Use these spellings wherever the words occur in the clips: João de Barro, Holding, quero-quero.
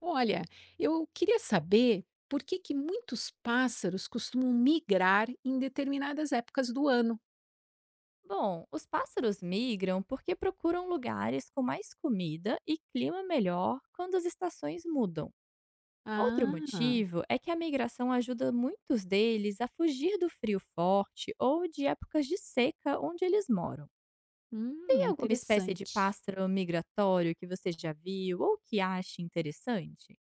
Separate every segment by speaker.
Speaker 1: Olha, eu queria saber por que que muitos pássaros costumam migrar em determinadas épocas do ano.
Speaker 2: Bom, os pássaros migram porque procuram lugares com mais comida e clima melhor quando as estações mudam. Outro
Speaker 1: Ah,
Speaker 2: motivo é que a migração ajuda muitos deles a fugir do frio forte ou de épocas de seca onde eles moram. Tem alguma espécie de
Speaker 1: interessante.
Speaker 2: pássaro migratório que você já viu ou que ache interessante?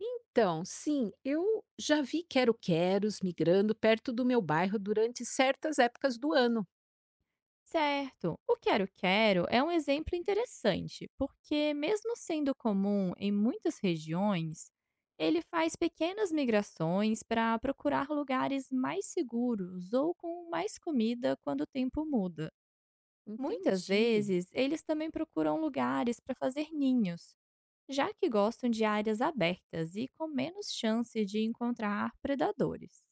Speaker 1: Então, sim, eu já vi quero-queros migrando perto do meu bairro durante certas épocas do ano.
Speaker 2: Certo. O Quero Quero é um exemplo interessante, porque, mesmo sendo comum em muitas regiões, ele faz pequenas migrações para procurar lugares mais seguros ou com mais comida quando o tempo muda. Muitas
Speaker 1: Entendi.
Speaker 2: vezes, eles também procuram lugares para fazer ninhos, já que gostam de áreas abertas e com menos chance de encontrar predadores.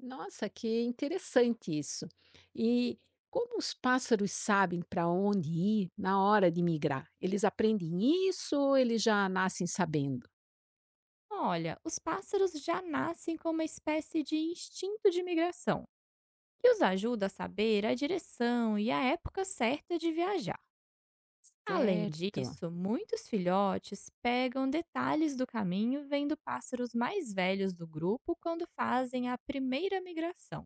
Speaker 1: Nossa, que interessante isso. E como os pássaros sabem para onde ir na hora de migrar? Eles aprendem isso ou eles já nascem sabendo?
Speaker 2: Olha, os pássaros já nascem com uma espécie de instinto de migração que os ajuda a saber a direção e a época certa de viajar. Além
Speaker 1: Certo.
Speaker 2: disso, muitos filhotes pegam detalhes do caminho vendo pássaros mais velhos do grupo quando fazem a primeira migração.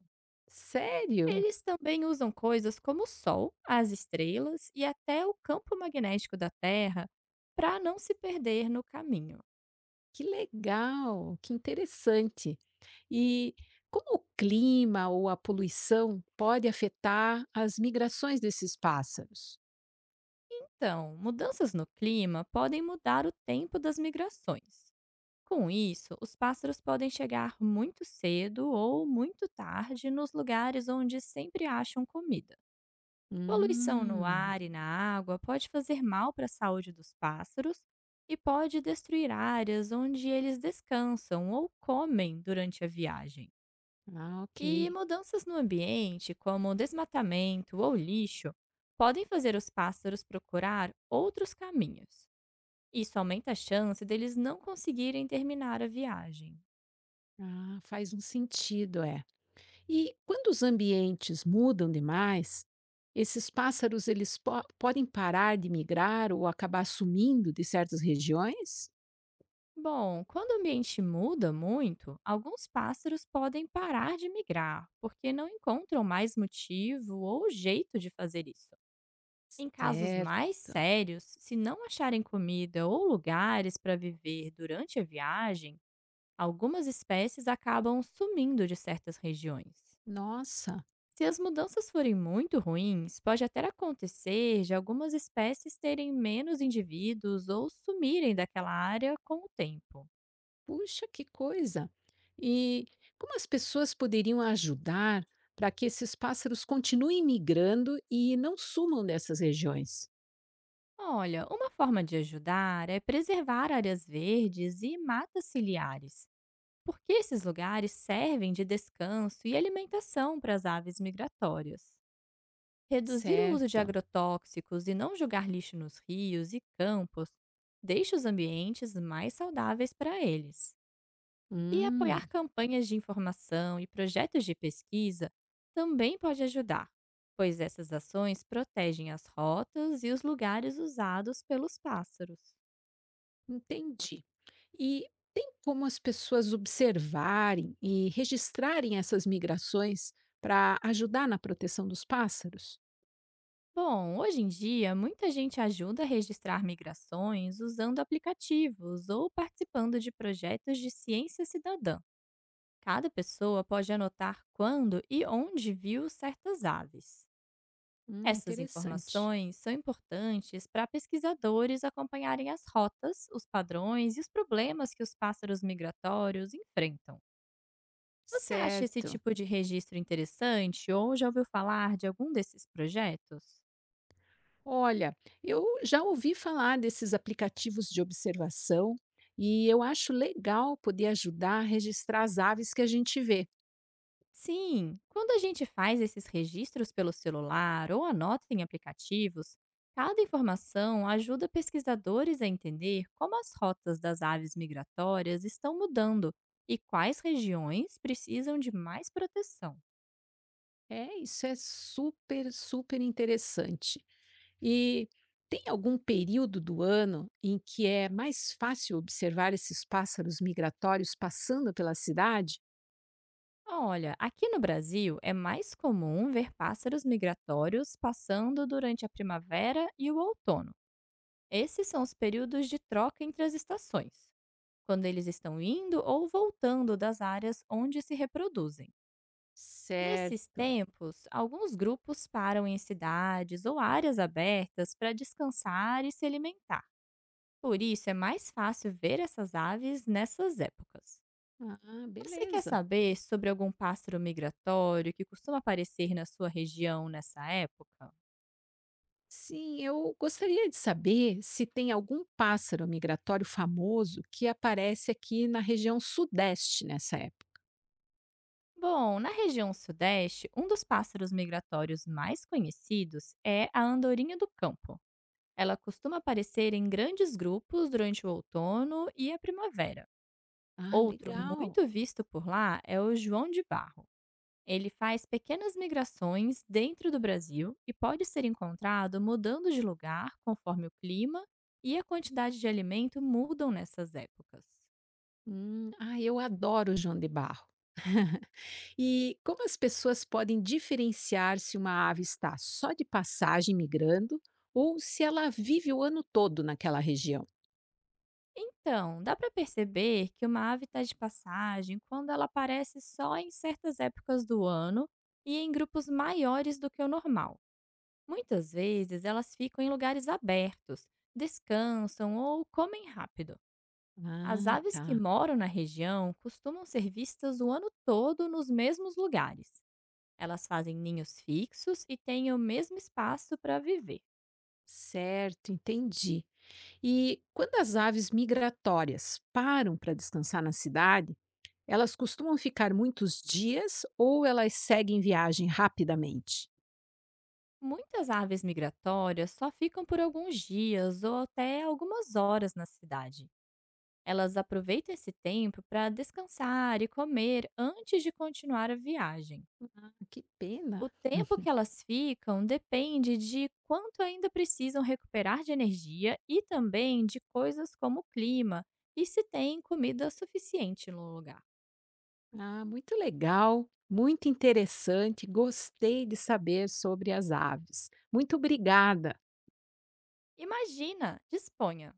Speaker 1: Sério?
Speaker 2: Eles também usam coisas como o Sol, as estrelas e até o campo magnético da Terra para não se perder no caminho.
Speaker 1: Que legal, que interessante. E como o clima ou a poluição pode afetar as migrações desses pássaros?
Speaker 2: Então, mudanças no clima podem mudar o tempo das migrações. Com isso, os pássaros podem chegar muito cedo ou muito tarde nos lugares onde sempre acham comida. Poluição no
Speaker 1: Hum,
Speaker 2: ar e na água pode fazer mal para a saúde dos pássaros e pode destruir áreas onde eles descansam ou comem durante a viagem.
Speaker 1: ah, ok.
Speaker 2: E mudanças no ambiente, como desmatamento ou lixo, podem fazer os pássaros procurar outros caminhos. Isso aumenta a chance deles não conseguirem terminar a viagem.
Speaker 1: Ah, faz um sentido, é. E quando os ambientes mudam demais, esses pássaros eles podem parar de migrar ou acabar sumindo de certas regiões?
Speaker 2: Bom, quando o ambiente muda muito, alguns pássaros podem parar de migrar, porque não encontram mais motivo ou jeito de fazer isso. Em casos
Speaker 1: Certo.
Speaker 2: mais sérios, se não acharem comida ou lugares para viver durante a viagem, algumas espécies acabam sumindo de certas regiões.
Speaker 1: Nossa.
Speaker 2: Se as mudanças forem muito ruins, pode até acontecer de algumas espécies terem menos indivíduos ou sumirem daquela área com o tempo.
Speaker 1: Puxa, que coisa! E como as pessoas poderiam ajudar para que esses pássaros continuem migrando e não sumam dessas regiões?
Speaker 2: Olha, uma forma de ajudar é preservar áreas verdes e matas ciliares, porque esses lugares servem de descanso e alimentação para as aves migratórias. Reduzir o uso de
Speaker 1: Certo.
Speaker 2: agrotóxicos e não jogar lixo nos rios e campos deixa os ambientes mais saudáveis para eles. E apoiar
Speaker 1: Hum,
Speaker 2: campanhas de informação e projetos de pesquisa também pode ajudar, pois essas ações protegem as rotas e os lugares usados pelos pássaros.
Speaker 1: entendi. E tem como as pessoas observarem e registrarem essas migrações para ajudar na proteção dos pássaros?
Speaker 2: Bom, hoje em dia, muita gente ajuda a registrar migrações usando aplicativos ou participando de projetos de ciência cidadã. Cada pessoa pode anotar quando e onde viu certas aves. Essas
Speaker 1: Interessante.
Speaker 2: informações são importantes para pesquisadores acompanharem as rotas, os padrões e os problemas que os pássaros migratórios enfrentam. Você acha esse
Speaker 1: Certo.
Speaker 2: tipo de registro interessante ou já ouviu falar de algum desses projetos?
Speaker 1: Olha, eu já ouvi falar desses aplicativos de observação e eu acho legal poder ajudar a registrar as aves que a gente vê.
Speaker 2: Sim, quando a gente faz esses registros pelo celular ou anota em aplicativos, cada informação ajuda pesquisadores a entender como as rotas das aves migratórias estão mudando e quais regiões precisam de mais proteção.
Speaker 1: É, isso é super interessante. E tem algum período do ano em que é mais fácil observar esses pássaros migratórios passando pela cidade?
Speaker 2: Olha, aqui no Brasil é mais comum ver pássaros migratórios passando durante a primavera e o outono. Esses são os períodos de troca entre as estações, quando eles estão indo ou voltando das áreas onde se reproduzem. Nesses
Speaker 1: Certo.
Speaker 2: tempos, alguns grupos param em cidades ou áreas abertas para descansar e se alimentar. Por isso, é mais fácil ver essas aves nessas épocas.
Speaker 1: Ah,
Speaker 2: Você quer
Speaker 1: beleza.
Speaker 2: saber sobre algum pássaro migratório que costuma aparecer na sua região nessa época?
Speaker 1: Sim, eu gostaria de saber se tem algum pássaro migratório famoso que aparece aqui na região sudeste nessa época.
Speaker 2: Bom, na região sudeste, um dos pássaros migratórios mais conhecidos é a andorinha do campo. Ela costuma aparecer em grandes grupos durante o outono e a primavera.
Speaker 1: Ah,
Speaker 2: Outro
Speaker 1: legal.
Speaker 2: muito visto por lá é o João de Barro. Ele faz pequenas migrações dentro do Brasil e pode ser encontrado mudando de lugar conforme o clima e a quantidade de alimento mudam nessas épocas.
Speaker 1: Ah, eu adoro o João de Barro. E como as pessoas podem diferenciar se uma ave está só de passagem migrando ou se ela vive o ano todo naquela região?
Speaker 2: Então, dá para perceber que uma ave está de passagem quando ela aparece só em certas épocas do ano e em grupos maiores do que o normal. Muitas vezes elas ficam em lugares abertos, descansam ou comem rápido. As
Speaker 1: Ah,
Speaker 2: aves que
Speaker 1: tá.
Speaker 2: moram na região costumam ser vistas o ano todo nos mesmos lugares. Elas fazem ninhos fixos e têm o mesmo espaço para viver.
Speaker 1: Certo, entendi. E quando as aves migratórias param para descansar na cidade, elas costumam ficar muitos dias ou elas seguem viagem rapidamente?
Speaker 2: Muitas aves migratórias só ficam por alguns dias ou até algumas horas na cidade. Elas aproveitam esse tempo para descansar e comer antes de continuar a viagem.
Speaker 1: Que
Speaker 2: O
Speaker 1: pena!
Speaker 2: tempo que elas ficam depende de quanto ainda precisam recuperar de energia e também de coisas como o clima e se tem comida suficiente no lugar.
Speaker 1: Ah, muito legal, muito interessante. Gostei de saber sobre as aves. Muito obrigada.
Speaker 2: Imagina, disponha.